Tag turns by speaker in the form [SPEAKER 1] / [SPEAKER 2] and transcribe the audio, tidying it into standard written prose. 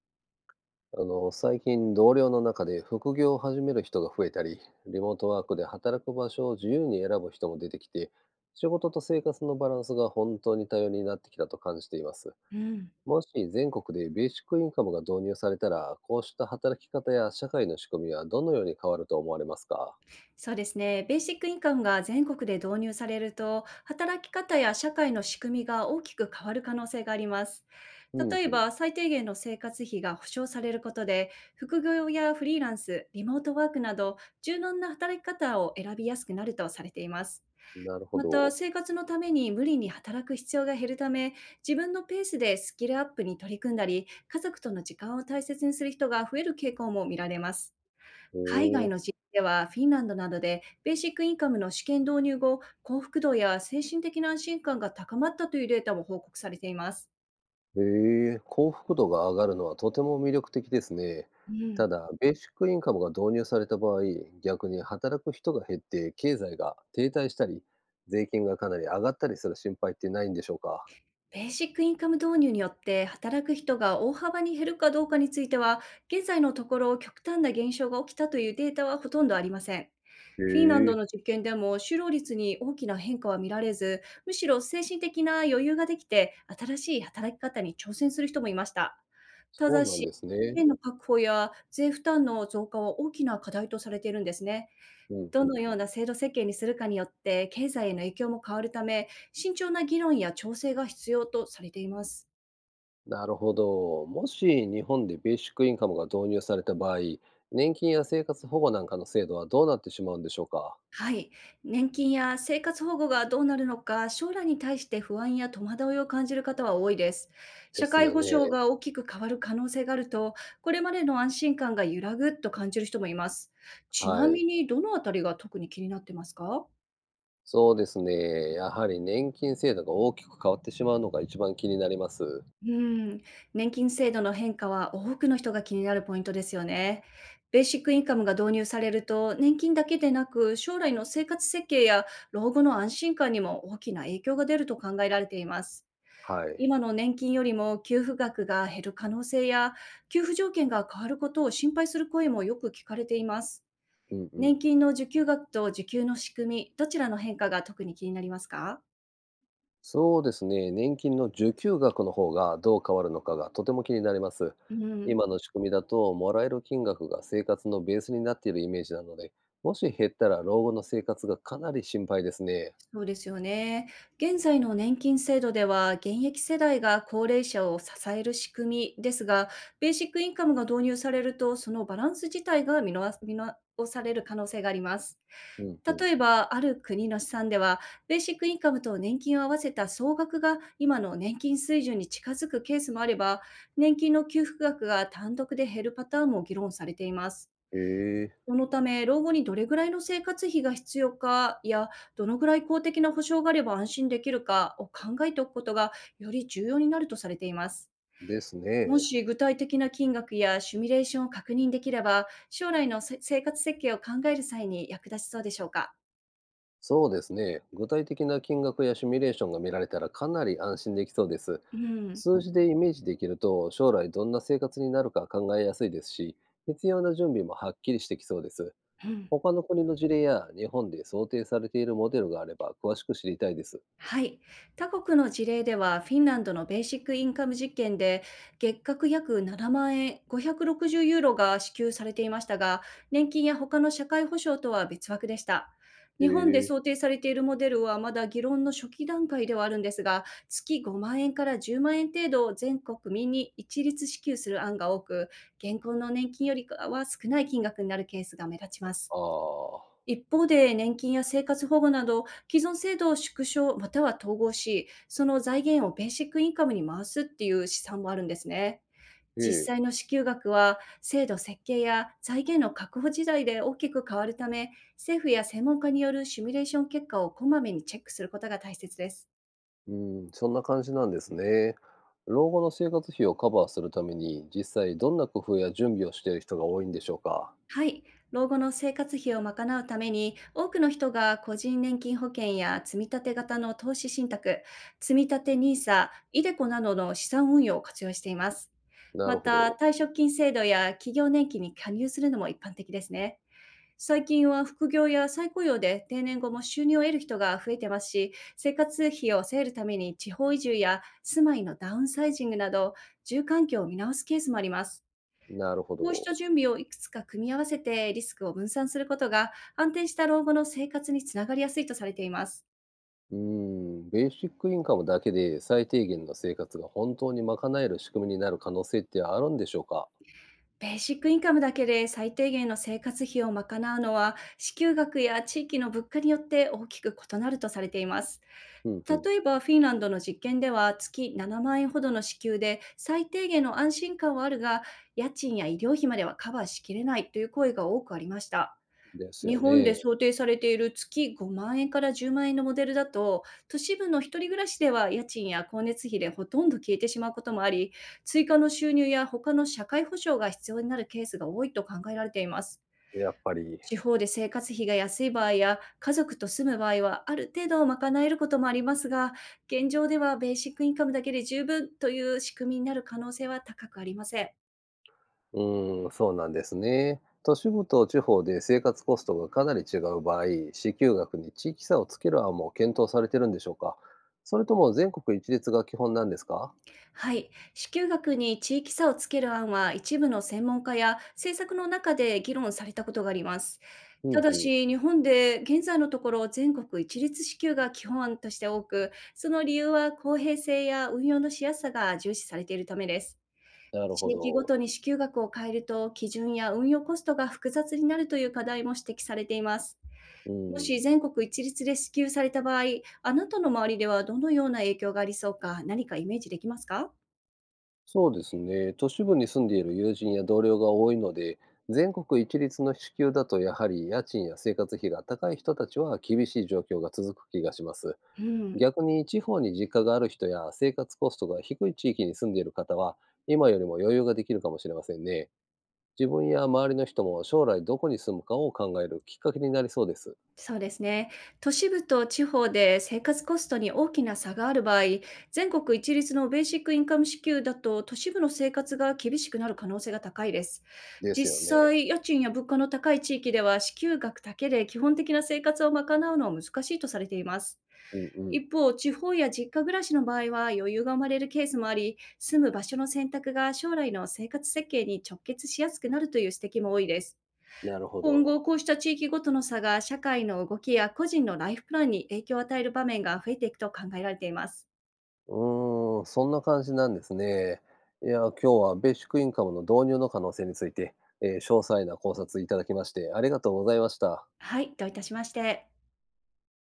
[SPEAKER 1] 最近同僚の中で副業を始める人が増えたり、リモートワークで働く場所を自由に選ぶ人も出てきて、仕事と生活のバランスが本当に多様になってきたと感じています。
[SPEAKER 2] うん、
[SPEAKER 1] もし全国でベーシックインカムが導入されたら、こうした働き方や社会の仕組みはどのように変わると思われますか？
[SPEAKER 2] そうですね。ベーシックインカムが全国で導入されると、働き方や社会の仕組みが大きく変わる可能性があります。
[SPEAKER 1] うん
[SPEAKER 2] 例え
[SPEAKER 1] うん。
[SPEAKER 2] ば、最低限の生活費が保障されることで、副業やフリーランス、リモートワークなど、柔軟な働き方を選びやすくなるとされています。
[SPEAKER 1] なるほ
[SPEAKER 2] また、
[SPEAKER 1] ど。
[SPEAKER 2] 生活のために無理に働く必要が減るため、自分のペースでスキルアップに取り組んだり、家族との時間を大切にする人が増える傾向も見られます。
[SPEAKER 1] お
[SPEAKER 2] 海外
[SPEAKER 1] ー。
[SPEAKER 2] の事例では、フィンランドなどでベーシックインカムの試験導入後、幸福度や精神的な安心感が高まったというデータも報告されています。
[SPEAKER 1] ええ、幸福度が上がるのはとても魅力的ですね。
[SPEAKER 2] うん。
[SPEAKER 1] ただ、ベーシックインカムが導入された場合、逆に働く人が減って経済が停滞したり、税金がかなり上がったりする心配ってないんでしょうか？
[SPEAKER 2] ベーシックインカム導入によって働く人が大幅に減るかどうかについては、現在のところ極端な減少が起きたというデータはほとんどありません。
[SPEAKER 1] え
[SPEAKER 2] フィンランド
[SPEAKER 1] え、
[SPEAKER 2] の実験でも就労率に大きな変化は見られず、むしろ精神的な余裕ができて、新しい働き方に挑戦する人もいました。た
[SPEAKER 1] そ
[SPEAKER 2] だ
[SPEAKER 1] うなん
[SPEAKER 2] し、資
[SPEAKER 1] ですね。
[SPEAKER 2] 源の確保や税負担の増加は大きな課題とされているんですね。
[SPEAKER 1] うん
[SPEAKER 2] ど
[SPEAKER 1] う
[SPEAKER 2] の
[SPEAKER 1] ん。
[SPEAKER 2] ような制度設計にするかによって経済への影響も変わるため、慎重な議論や調整が必要とされています。
[SPEAKER 1] なるほど。もし日本でベーシックインカムが導入された場合、年金や生活保護なんかの制度はどうなってしまうんでしょうか？
[SPEAKER 2] はい。年金や生活保護がどうなるのか、将来に対して不安や戸惑いを感じる方は多いです。
[SPEAKER 1] で
[SPEAKER 2] 社
[SPEAKER 1] す
[SPEAKER 2] 会
[SPEAKER 1] よ
[SPEAKER 2] 保障
[SPEAKER 1] ね。
[SPEAKER 2] が大きく変わる可能性があると、これまでの安心感が揺らぐと感じる人もいます。ちな
[SPEAKER 1] は
[SPEAKER 2] み
[SPEAKER 1] い。
[SPEAKER 2] に、どのあたりが特に気になってますか？
[SPEAKER 1] そうですね。やはり年金制度が大きく変わってしまうのが一番気になります。
[SPEAKER 2] うん、年金制度の変化は多くの人が気になるポイントですよね。ベーシックインカムが導入されると、年金だけでなく、将来の生活設計や老後の安心感にも大きな影響が出ると考えられています。
[SPEAKER 1] はい。
[SPEAKER 2] 今の年金よりも給付額が減る可能性や、給付条件が変わることを心配する声もよく聞かれています。
[SPEAKER 1] うんう
[SPEAKER 2] 年
[SPEAKER 1] ん。
[SPEAKER 2] 金の受給額と受給の仕組み、どちらの変化が特に気になりますか？
[SPEAKER 1] そうですね。年金の受給額の方がどう変わるのかがとても気になります。
[SPEAKER 2] うん。
[SPEAKER 1] 今の仕組みだと、もらえる金額が生活のベースになっているイメージなので、もし減ったら老後の生活がかなり心配ですね。
[SPEAKER 2] そうですよね。現在の年金制度では、現役世代が高齢者を支える仕組みですが、ベーシックインカムが導入されると、そのバランス自体が見直される可能性があります。
[SPEAKER 1] うんうん。
[SPEAKER 2] 例えば、ある国の試算では、ベーシックインカムと年金を合わせた総額が今の年金水準に近づくケースもあれば、年金の給付額が単独で減るパターンも議論されています。
[SPEAKER 1] へえ。
[SPEAKER 2] そのため、老後にどれぐらいの生活費が必要かや、どのぐらい公的な保障があれば安心できるかを考えておくことがより重要になるとされています。
[SPEAKER 1] です
[SPEAKER 2] も
[SPEAKER 1] ね。
[SPEAKER 2] し具体的な金額やシミュレーションを確認できれば、将来の生活設計を考える際に役立ちそうでしょうか。
[SPEAKER 1] そうですね。具体的な金額やシミュレーションが見られたらかなり安心できそうです。
[SPEAKER 2] うん。
[SPEAKER 1] 数字んでイメージできると将来どんな生活になるか考えやすいですし、必要な準備もはっきりしてきそうです。
[SPEAKER 2] うん。
[SPEAKER 1] 他の国の事例や日本で想定されているモデルがあれば詳しく知りたいです。
[SPEAKER 2] はい。他国の事例では、フィンランドのベーシックインカム実験で、月額約7万円、560ユーロが支給されていましたが、年金や他の社会保障とは別枠でした。
[SPEAKER 1] へ
[SPEAKER 2] 日本で
[SPEAKER 1] え、
[SPEAKER 2] 想定されているモデルはまだ議論の初期段階ではあるんですが、月5万円から10万円程度を全国民に一律支給する案が多く、現行の年金よりかは少ない金額になるケースが目立ちます。
[SPEAKER 1] ああ、
[SPEAKER 2] 一方で、年金や生活保護など、既存制度を縮小または統合し、その財源をベーシックインカムに回すっていう試算もあるんですね。
[SPEAKER 1] ええ、
[SPEAKER 2] 実際の支給額は、制度設計や財源の確保次第で大きく変わるため、政府や専門家によるシミュレーション結果をこまめにチェックすることが大切です。
[SPEAKER 1] うん。そんな感じなんですね。老後の生活費をカバーするために、実際どんな工夫や準備をしている人が多いんでしょうか。
[SPEAKER 2] はい。老後の生活費を賄うために、多くの人が個人年金保険や積み立て型の投資信託、積み立てニーサイデコなどの資産運用を活用しています。
[SPEAKER 1] な
[SPEAKER 2] ま
[SPEAKER 1] るほ
[SPEAKER 2] た、
[SPEAKER 1] ど、
[SPEAKER 2] 退職金制度や企業年金に加入するのも一般的ですね。最近は副業や再雇用で定年後も収入を得る人が増えてますし、生活費を抑えるために地方移住や住まいのダウンサイジングなど、住環境を見直すケースもあります。
[SPEAKER 1] なるほ
[SPEAKER 2] もう一度
[SPEAKER 1] ど。
[SPEAKER 2] 準備をいくつか組み合わせてリスクを分散することが安定した老後の生活につながりやすいとされています。
[SPEAKER 1] うーベーシックインカムだけで最低限の生活が本当に賄える仕組みになる可能性ってあるんでしょうか？
[SPEAKER 2] ベーシックインカムだけで最低限の生活費を賄うのは支給額や地域の物価によって大きく異なるとされています。
[SPEAKER 1] うんうん。
[SPEAKER 2] 例えばフィンランドの実験では月7万円ほどの支給で最低限の安心感はあるが、家賃や医療費まではカバーしきれないという声が多くありました。
[SPEAKER 1] です
[SPEAKER 2] 日
[SPEAKER 1] よ
[SPEAKER 2] 本で
[SPEAKER 1] ね。
[SPEAKER 2] 想定されている月5万円から10万円のモデルだと、都市部の一人暮らしでは家賃や光熱費でほとんど消えてしまうこともあり、追加の収入や他の社会保障が必要になるケースが多いと考えられています。
[SPEAKER 1] やっぱり。
[SPEAKER 2] 地方で生活費が安い場合や家族と住む場合はある程度賄えることもありますが、現状ではベーシックインカムだけで十分という仕組みになる可能性は高くありません。
[SPEAKER 1] そうなんですね。都市部と地方で生活コストがかなり違う場合、支給額に地域差をつける案も検討されてるんでしょうか？それとも全国一律が基本なんですか？
[SPEAKER 2] はい、支給額に地域差をつける案は一部の専門家や政策の中で議論されたことがあります。
[SPEAKER 1] う
[SPEAKER 2] た
[SPEAKER 1] ん
[SPEAKER 2] だ
[SPEAKER 1] うん、
[SPEAKER 2] し、日本で現在のところ全国一律支給が基本案として多く、その理由は公平性や運用のしやすさが重視されているためです。
[SPEAKER 1] なるほ
[SPEAKER 2] 地域ご
[SPEAKER 1] ど。
[SPEAKER 2] とに支給額を変えると、基準や運用コストが複雑になるという課題も指摘されています。
[SPEAKER 1] う
[SPEAKER 2] もし
[SPEAKER 1] ん。
[SPEAKER 2] 全国一律で支給された場合、あなたの周りではどのような影響がありそうか、何かイメージできますか？
[SPEAKER 1] そうですね。都市部に住んでいる友人や同僚が多いので、全国一律の支給だとやはり家賃や生活費が高い人たちは厳しい状況が続く気がします。
[SPEAKER 2] うん、
[SPEAKER 1] 逆に地方に実家がある人や生活コストが低い地域に住んでいる方は、今よりも余裕ができるかもしれませんね。自分や周りの人も将来どこに住むかを考えるきっかけになりそうです。
[SPEAKER 2] そうですね。都市部と地方で生活コストに大きな差がある場合、全国一律のベーシックインカム支給だと都市部の生活が厳しくなる可能性が高いです。
[SPEAKER 1] ですよ
[SPEAKER 2] 実
[SPEAKER 1] ね。
[SPEAKER 2] 際、家賃や物価の高い地域では支給額だけで基本的な生活を賄うのは難しいとされています。
[SPEAKER 1] うんうん。
[SPEAKER 2] 一方、地方や実家暮らしの場合は余裕が生まれるケースもあり、住む場所の選択が将来の生活設計に直結しやすくなるという指摘も多いです。
[SPEAKER 1] なるほ
[SPEAKER 2] 今後、
[SPEAKER 1] ど。
[SPEAKER 2] こうした地域ごとの差が社会の動きや個人のライフプランに影響を与える場面が増えていくと考えられています。
[SPEAKER 1] そんな感じなんですね。いや、今日はベーシックインカムの導入の可能性について、詳細な考察いただきましてありがとうございました。
[SPEAKER 2] はい、どういたしまして。